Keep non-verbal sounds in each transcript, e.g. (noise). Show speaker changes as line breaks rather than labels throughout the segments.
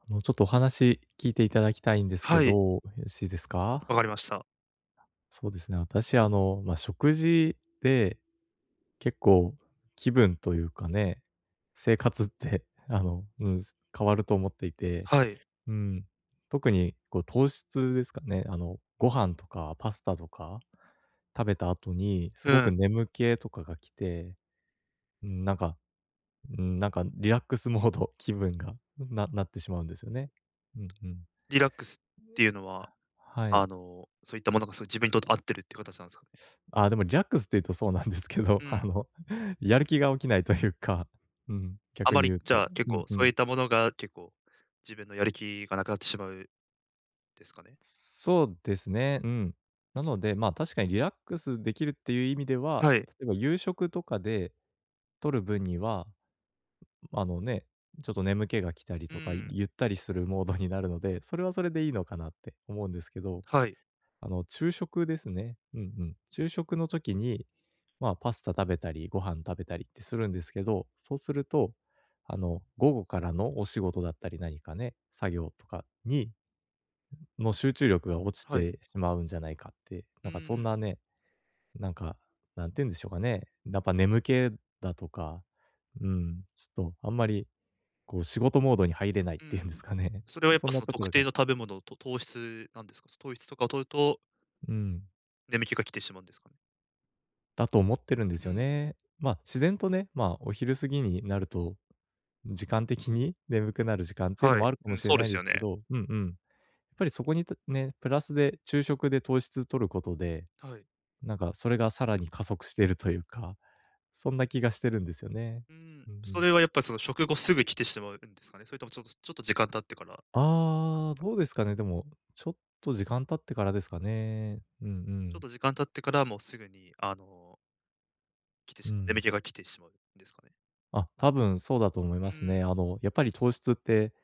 あの、ちょっとお話聞いていただきたいんですけ
は
ど、
い、
よろしいです
わ
か？
かりました。
そうですね、私あの、まあ、食事で結構気分というかね、生活って (laughs)、あの、うん、変わると思っていて。
はい。
うん、特にこう糖質ですかね、あの、ご飯とかパスタとか食べた後にす
う
ご
ん。
く眠気とかが来て、うん、なんか、うん、なんかリラックスモード、気分が、なってしまうんですよね。うんうん。
リラックスっていうのは、
あ、はい。
そういったものがすごい自分にとって合ってるっていう形なんですかね。
あ、でもリラックスっていうとそうなんですけど、
うん。
あの、(laughs) やる気が起きないというか、うん、
あ
逆
ま
に
り、
言う
じゃ
と。
あ、結
うん
構
う
そういっ
ん。
たものが結構、自分のやる気がなくなってしまうですかね？
そうですね、うん。なので、ま、あ確かにリラックスできるっていう意味では、
はい。
例えば夕食とかで取る分には、あのね、ちょっと眠気が来たり
う
とか、
ん。
ゆったりするモードになるので、それはそれでいいのかなって思うんですけど。
はい。
あの、昼食ですね。うんうん。昼食の時に、まあ、パスタ食べたり、ご飯食べたりってするんですけど、そうすると、あの、午後からのお仕事だったり何かね、作業とかに、の集中力が落ち
はい。
てしまうんじゃないかって、
う
なんかそん
ん、
なね、なんか、なんて言うんでしょうかね。やっぱ眠気だとか、うん、ちょっとあんまり、こう仕事モードに入れないっ
う
ていう
ん。
んですかね。
それは
(laughs)
やっ
そ
ぱ
んな
その
とこ
特
ろ
定
が
の食べ物と糖質なんですか？糖質とかを取ると、
うん。
眠気が来てしまうんですかね？
だと思ってるんで
う
すよ
ん。
ね。まあ、自然とね、まあ、お昼過ぎになると、時間的に眠くなる時間っていうの
はい。
もあるかも
うん、
しれ
そう
な
で
い
す
で
よ
すけ
ね。
ど、うんうん。やっぱりそこにたね、プラスで昼食で糖質取ることで、
はい。
なんかそれがさらに加速しているというか、そんな気がしてるんですよね。
うん。
うんう
そ
ん。
れはやっぱりその食後すぐ来てしまうんですかね？それともちょっと時間経ってからなんで
ああ、
すかね？
どうですかね、でも、ちょっと時間経ってからですかね。うんう
ちょっ
ん。
と時間経ってから、もうすぐに、来て
う
しまう眠
ん。
気が来てしまうんですかね？
あ、多分そうだと思いま
う
す
ん、
ね。あの、やっぱり糖質って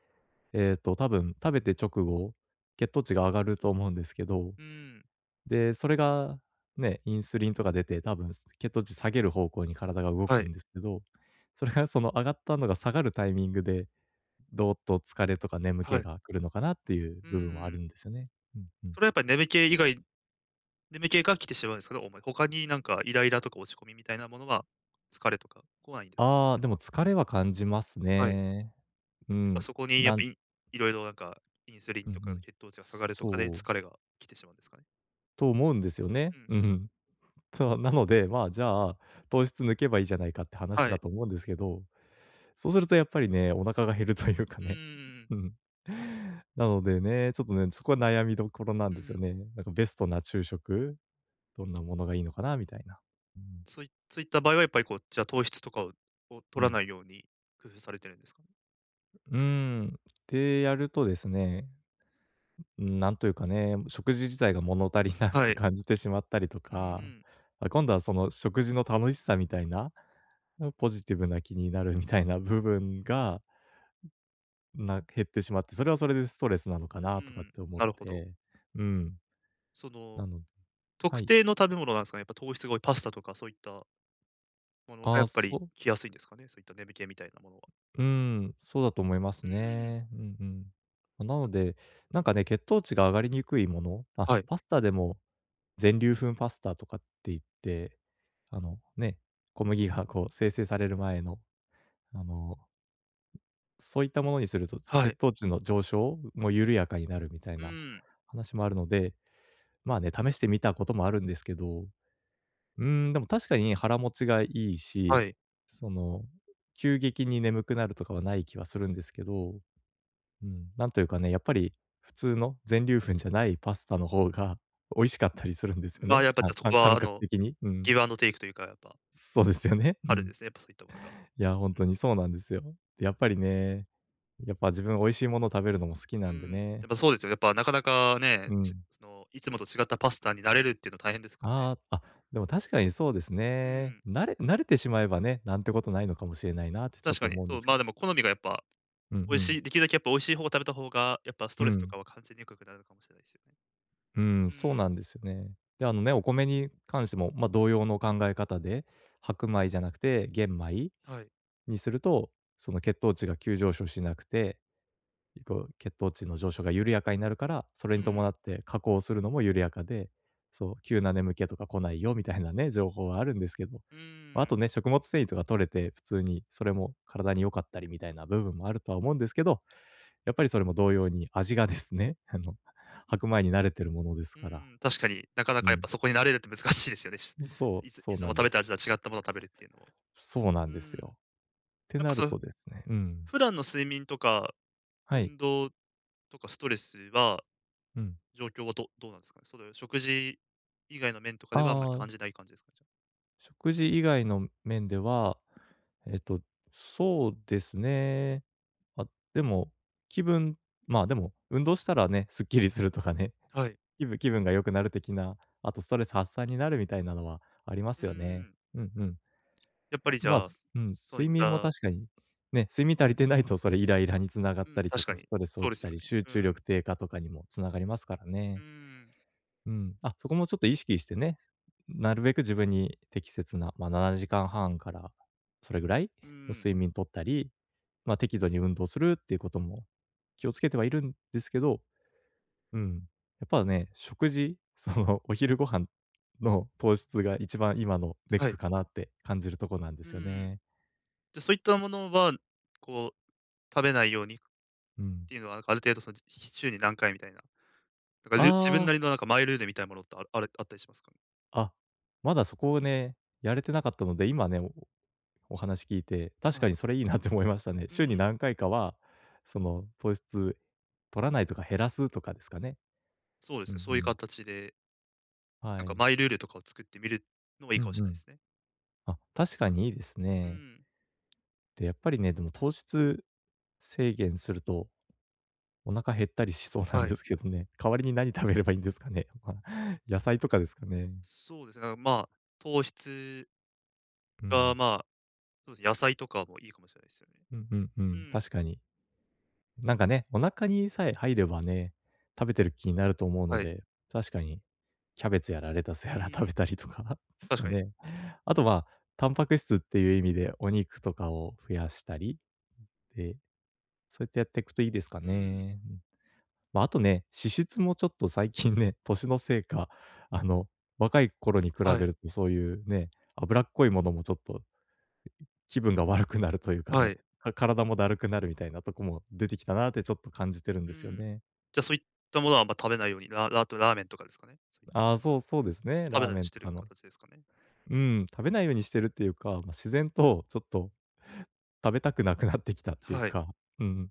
多分食べて直後、血糖値が上がると思うんですけど、
うん。
で、それがね、インスリンとか出て、多分血糖値下げる方向に体が動
は
く
い、
んですけど、それがその上がったのが下がるタイミングで、どーっと疲れとか眠
は
気
い。
が来るのかなっていう
う
部分はあ
ん。
るんですよね。うんうん。
それはやっぱり眠気が来てしまうんですけど他になんかイライラとか落ち込みみたいなものは、疲れとか来ないんですか？
ああ、で
まあ、
も疲れは感じます
はい。や
ね。
っ
う
ぱ
ん。
そこにやっ
な
ぱ、
ん
色々なんか、インスリン
うんう
とか
ん。
血糖値が下がるとかで
そう、
疲れが来てしまうんですかね？
と思うんですよね。
うん。
うん。(laughs) そう、なので、まあ、じゃあ、糖質抜けばいいじゃないかって話
は
だ
い。
と思うんですけど、そうするとやっぱりね、お腹が減るというか
うんうん
ね。
うん。
うん。なのでね、ちょっとね、そこは悩みどころなんですよね。なんかベストな昼食、どんなものがいいのかなみたいな。うん。
そういった場合はやっぱりじゃあ糖質とかを
う
取ら
ん。
ないように工夫されてるんですかね？
うーん。で、やるとですね、うん、なんというかね、食事自体が物足りな
は
く
い。
感じてしまったりと
うんう
か、
ん。
あ、今度はその食事の楽しさみたいな、ポジティブな気になるみたいな部分が、減ってしまって、それはそれでストレスなのか
う
なとかっ
ん、
て思っ
なるほど。
て。うん。
その、
なのでは
特
い。
定の食べ物なんですかね？やっぱ糖質が多いパスタとかそういったものがや
あ
っ
あ、
ぱ
そ
り
う、
来やすいんですかね？そういった眠気みたいなものは。
うん、そうだと思いま
う
す
ん、
ね。うんうん。ま、なので、なんかね、血糖値が上がりにくいもの、あ、
はい、
パスタでも全粒粉パスタとかって言って、あの、ね、小麦がこう精製される前の、あの、そういったものにすると、
は
血
い。
糖値の上昇も緩やかになるみたい
う
な
ん、
話もあるので、まあね、試してみたこともあるんですけど、うーん、でも確かに腹持ちがいい
は
し、
い。
その、急激に眠くなるとかはない気はするんですけど、うん、なんというかね、やっぱり普通の全粒粉じゃないパスタの方が美味しかったりするんですよ
まあ、
ね。
やっぱ
か
じゃあそ
かん
こは
感覚的に。うん。
ギブアンドテイクというか、やっぱ
そうですよね。う
あるん
ん。
ですね、やっぱそういったものが。
いや、ほんとにそうなんですよ。で、やっぱりね、やっぱ自分美味しいもの食べるのも好き
う
なんで
ん、やっ
ね。
ぱそうですよねやっぱなかなかね、
う
ち
ん。
その、いつもと違ったパスタになれるっていうのは大変ですからね。
ああ、あ、でも確かにそうです
う
ね。
ん、
慣れてしまえばね、なんてことないのかもしれないなってちょっ
確
と
かに。
思うん
そ
で
う、
す
ま
け
あ、
ど。
でも好みがやっぱ
うんう
美味
ん
しいできるだけやっぱ美味しい方を食べた方が、やっぱスト
う
レスと
ん、
かは完全に良くなるのかもしれないですよね。
うん、
う
そう
ん、
なんですよね。で、あのね、お米に関しても、まあ、同様の考え方で、白米じゃなくて玄米
はい。
にすると、その血糖値が急上昇しなくて、こう血糖値の上昇が緩やかになるから、それ
う
に伴っ
ん。
て加工するのも緩やかで、そう、急な眠気とか来ないよみたいなね、情報はあるんですけど、
うー
まあ
ん、
とね、食物繊維とか取れて、普通にそれも体に良かったりみたいな部分もあるとは思うんですけど、やっぱりそれも同様に味がですね、(laughs) あの、白米に慣れてるものです
うー
から
ん、確かに、なかな
う
かやっ
ん。
ぱそこに慣れるって難しいですよね。し
そう、
いつい
そう
つも
なん
食
で
べた
す。
味とは違ったものを食べるっていうのも。
そうな
う
ん
ー
です
ん。なん
よ。って
か
なる
そう
とですねうん。
普段の睡眠とか、
はい。
運動とかストレスは、
うん。
状況はどうなんですかね？その食事以外の面とかではあんまり
ああ、
感じない感じですかね、じ
食事以外の面では、えっと、そうですね。あ、でも、気分まあ、でも、運動したらね、すっきりするとかね、
ゃあ。はい。
(laughs) 気分が良くなる的な、あとストレス発散になるみたいなのはありま
うー
すよね。
ん。
うんうん。
やっぱりじ
まあ、
ゃあ、
す
す
うん、
そういっ
睡眠も
た
確かに、ね、睡眠足りてないとそれイライラに繋が
う
った
ん、
りと
確か
か、ス
に、
トレス
そう
落
で
ち
す
た
よ
り、
ね。
集
う
中
ん。
力低下とかにも繋がりますから
うー
ね。
ん。
うん。あ、そこもちょっと意識してね、なるべく自分に適切な、まあ、7時間半からそれぐらい
う
の
ーん。
睡眠とったり、まあ、適度に運動するっていうことも気をつけてはいるんですけど、うん、やっぱね、食事、(laughs) その、お昼ご飯の糖質が一番今のネッ
は
ク
い。
かなって感じるとこなんで
うー
すよ
ん。
ね。
じゃ、そういったものは、こう、食べないようにっ
うん。
ていうのは、なんかある程度その、週に何回みたいな、なんか、自分な
あ
りのなんかマイルールみたいなものってあるあるあったりしますかね？
あ、あ、まだそこをね、やれてなかったので、今ね、お話聞いて、確
は
か
い。
にそれいいなって思いましたね。
うん、
週に何回かは、その糖質取らないとか減らすとかですかね。
そうで
うん
す
う
ね、そういう
ん。
形で、なん
は
か
い。
マイルールとかを作ってみるのもいい
う
かも
ん
し
う
れないで
ん。
すね。
あ、確かにいいです
う
ね。
ん、
で、やっぱりね、でも糖質制限すると、お腹減ったりしそうなん
はい。
ですけどね。代わりに何食べればいいんですかね。まあ、(laughs) 野菜とかですかね。
そうですね、だから、まあ、糖質
う
が、
ん。
まあ、そうですね、野菜とかもいいかもしれないですよね。
うんうんう
う
ん、
ん、
確かに。なんかね、お腹にさえ入ればね、食べてる気になると思うの
はい。
で、確かにキャベツやらレタス
う
やら (laughs)
ん、
食べたりとか (laughs) です
確
か
かに。
ね。あとは、タンパク質っていう意味でお肉とかを増やしたり、で、そうやってやっていくといいですか
うん、
ね。うんまあ、あとね、脂質もちょっと最近ね、(laughs) 年のせいか、あの、若い頃に比べ
はい、
るとそういうね、脂っこいものもちょっと気分が悪くなるというか
は
ね、
い。
か体もだるくなるみたいなとこも出てきたなってちょっと感じてるん
う
ですよ
ん。
ね。
じゃ、そういったものはあんま食べないように、ラーメンとかですかね？そうい
ああ、そうそうですね、
食べな
ラ
い
ー
よう
メ
に
ン
して
とか
る
の。
形ですかね？
うん、食べないようにしてるっていうか、ま、自然とちょっと食べたくなくなってきたっていう
はい。
か、うん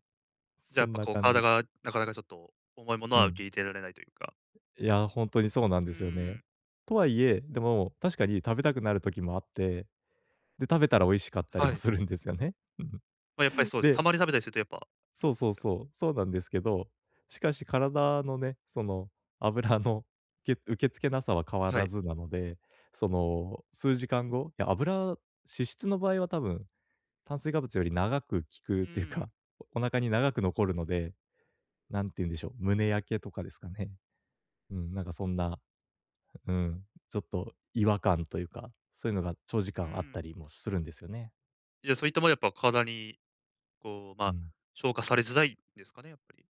じゃあ、
そ
やっ
ん
ぱ
な
こう
感じ
体
です。
がなかなかちょっと重いもの
う
は受
ん。
け入れられないというか。
いや、ほんとにそうなん
う
ですよ
ー
ね。
ん。
とはいえ、でも確かに食べたくなる時もあって、で、食べたら美味しかったり
は
も
い。
するんですよね。うん。
やっぱりそうです。た
で
まに食べたりするとやっぱいいで
そう
すか？
そう
じゃ
そう、そうなんですけど、しかし体のね、その油の受け付けなさは変わ
あ。は
ら
い。
ずなので、その数時間後、油脂質の場合は多分炭水化物より長く効くっ
う
ていう
ん、
か、お腹に長く残るので、なんて言うんでしょう、胸焼けとかですかね。うん、なんかそんな、うん、ちょっと違和感というか、そういうのが長時
う
間あっ
ん。
たりもするんですよね。
じゃあ、そういったものやっぱ体にこう、ま、
う
あ
ん。
消化されづらいんですかね、やっぱり。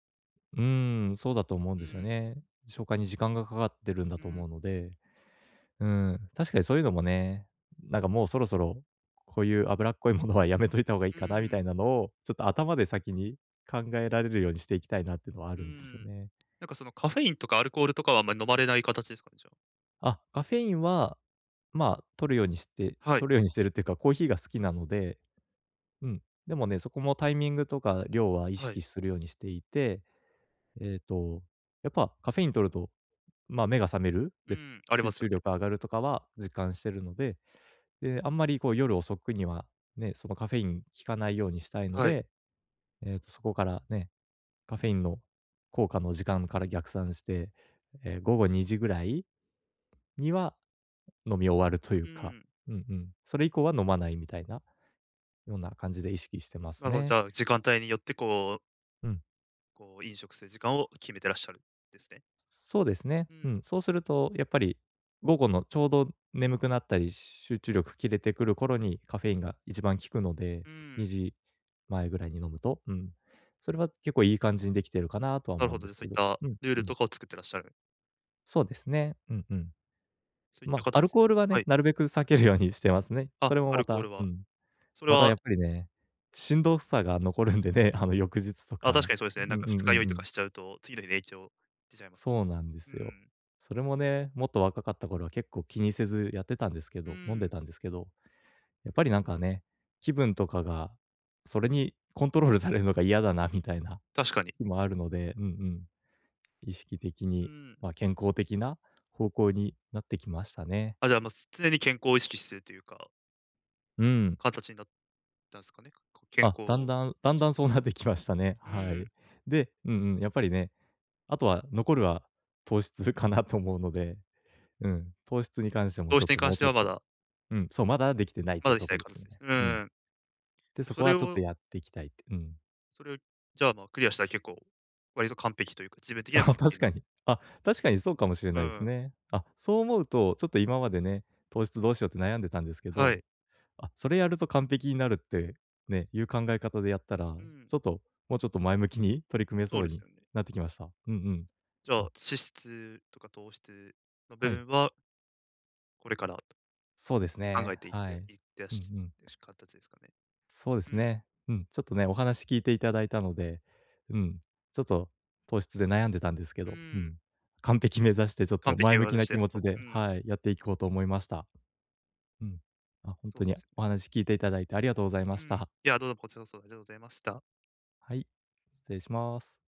うーん、そうだと思うん
う
ですよ
ん、
ね。消化に時間がかかってるんだ
う
と
ん、
思うので。うん、確かにそういうのもね、なんかもうそろそろ、こういう脂っこいものはやめといた方がいい
う
かなみ
ん、
たいなのを、ちょっと頭で先に考えられるようにしていきたいなっていうのはあ
う
るんですよ
ん。
ね。
なんかそのカフェインとかアルコールとかはあんまり飲まれない形ですかね、じゃあ。
あ、カフェインは、まあ、
はい、
取るようにしてるっていうか、コーヒーが好きなので、うん。でもね、そこもタイミングとか量は意
は
識
い。
するようにしていて、えっと、やっぱカフェイン取ると、まあ、目が覚める、
う
で、
ん。ありま
集
すよ
中
ね。
力上がるとかは実感してるので、で、あんまりこう夜遅くにはね、そのカフェイン効かないようにしたいの
はい。
で、そこからね、カフェインの効果の時間から逆算して、午後2時ぐらいには飲み終わるとい
う
うか、
ん。
うんうん、それ以降は飲まないみたいなような感じで意識してま
な
す
るほど、じ
ね。
ゃあ時間帯によってこう
うん、
こう飲食する時間を決めてらっしゃるんですね。
そうですね。
う
う
ん、
ん。そうすると、やっぱり午後のちょうど眠くなったり、集中力切れてくる頃にカフェインが一番効くので、
うん。
2時前ぐらいに飲むと、うん、それは結構いい感じにできてるかなとは
なる
思う
ほ
ん
ど、
で
じゃ、
す
そうい
け
っ
ど。
た
うん、
ルー
う
ル
ん。
とかを作ってらっしゃる。
そうですね。うんうん。
そういっ
ま
た
あ、アル
形。
コールは
は
ね、
い。
なるべく避けるようにしてますね。
あ、
それも
ア
ま
ルコー
た、
ル
う
は。
ん。
それ
また
は、
やっぱりね、しんどさが残るんでね、あの翌日と
あ、確
か。
かにそうですね。
う
なん
んう
か
んう
二
ん
日酔い
う
とか
ん。
しちゃうと、次の日に影響出ちゃいますか
そうなんで
ら。う
すよ。
ん。
それもね、もっと若かった頃は結構気にせずやってたんですけ
う
ど飲んで
ん。
たんですけど、やっぱりなんかね、気分とかが、それにコントロールされるのが嫌だなみたいな
確かに。
日もあるので、うんうん、意識的
う
に、
ん。
まあ、健康的な方向になってきましたね。
あ、じゃあ、まあ、常に健康を意識してるというか、
うん。
形になったんですかね。こう健
あ、
康
だん
を
だんだん
し
だんそうなってきましたね。
う
は
ん。
い。で、うんうん、やっぱりね、あとは残るは糖質かなと思うので、うん、糖質に関しても
どう
ちょ
し
っ
てに
と
関
もう
して
ちょ
は
っ
ま
と、
だ
うん、そう、まだできてないっ
ま
て
だでき
と
てない
こです
形
ね。
です。う
うん。
ん。
で、
じゃ、
そ
そ
こ
れ
はちょっと
を
やっていきたいって。うん。
それを、じゃあ、まあ、クリアしたら結構、割と完璧というか、自分的
(laughs)
には
あ、
完璧
確
な。
かに。あ、確かにそうかもしれ
う
ないです
ん。
ね。あ、そう思うと、ちょっと今までね、糖質どうしようって悩んでたんですけ
は
ど、
い。
あ、それやると完璧になるって、ね、いう考え方でやったら、
うん。
ちょっと、もうちょっと前向きに取り組め
そう
そう
です
に
よね。
なってきました。うんうん。
じゃあ、
あ、
脂質とか糖質の部
はい。
分は、これから
そうです
考え
ね。
ていって
はい。
いってらっ
うんう
し
ん。
ゃる形ですかね。
そうで
う
す
ん、
ね。うん、ちょっとね、お話聞いていただいたので、うん、ちょっと糖質で悩んでたんですけ
う
ど、う
ん。
ん、完璧目指してちょっ
完
と
璧
前
を
向
目
き
指し
な
て
気
やす
持ち
と。
で、
うん、
はい、やっていこうと思いました。うん。あ、本
そ
当
うで
に
す
お
ね。
話聞いていただいてありがとうございま
う
し
ん。
た。
いや、どうぞこちらこそありがとうございました。
はい、失礼します。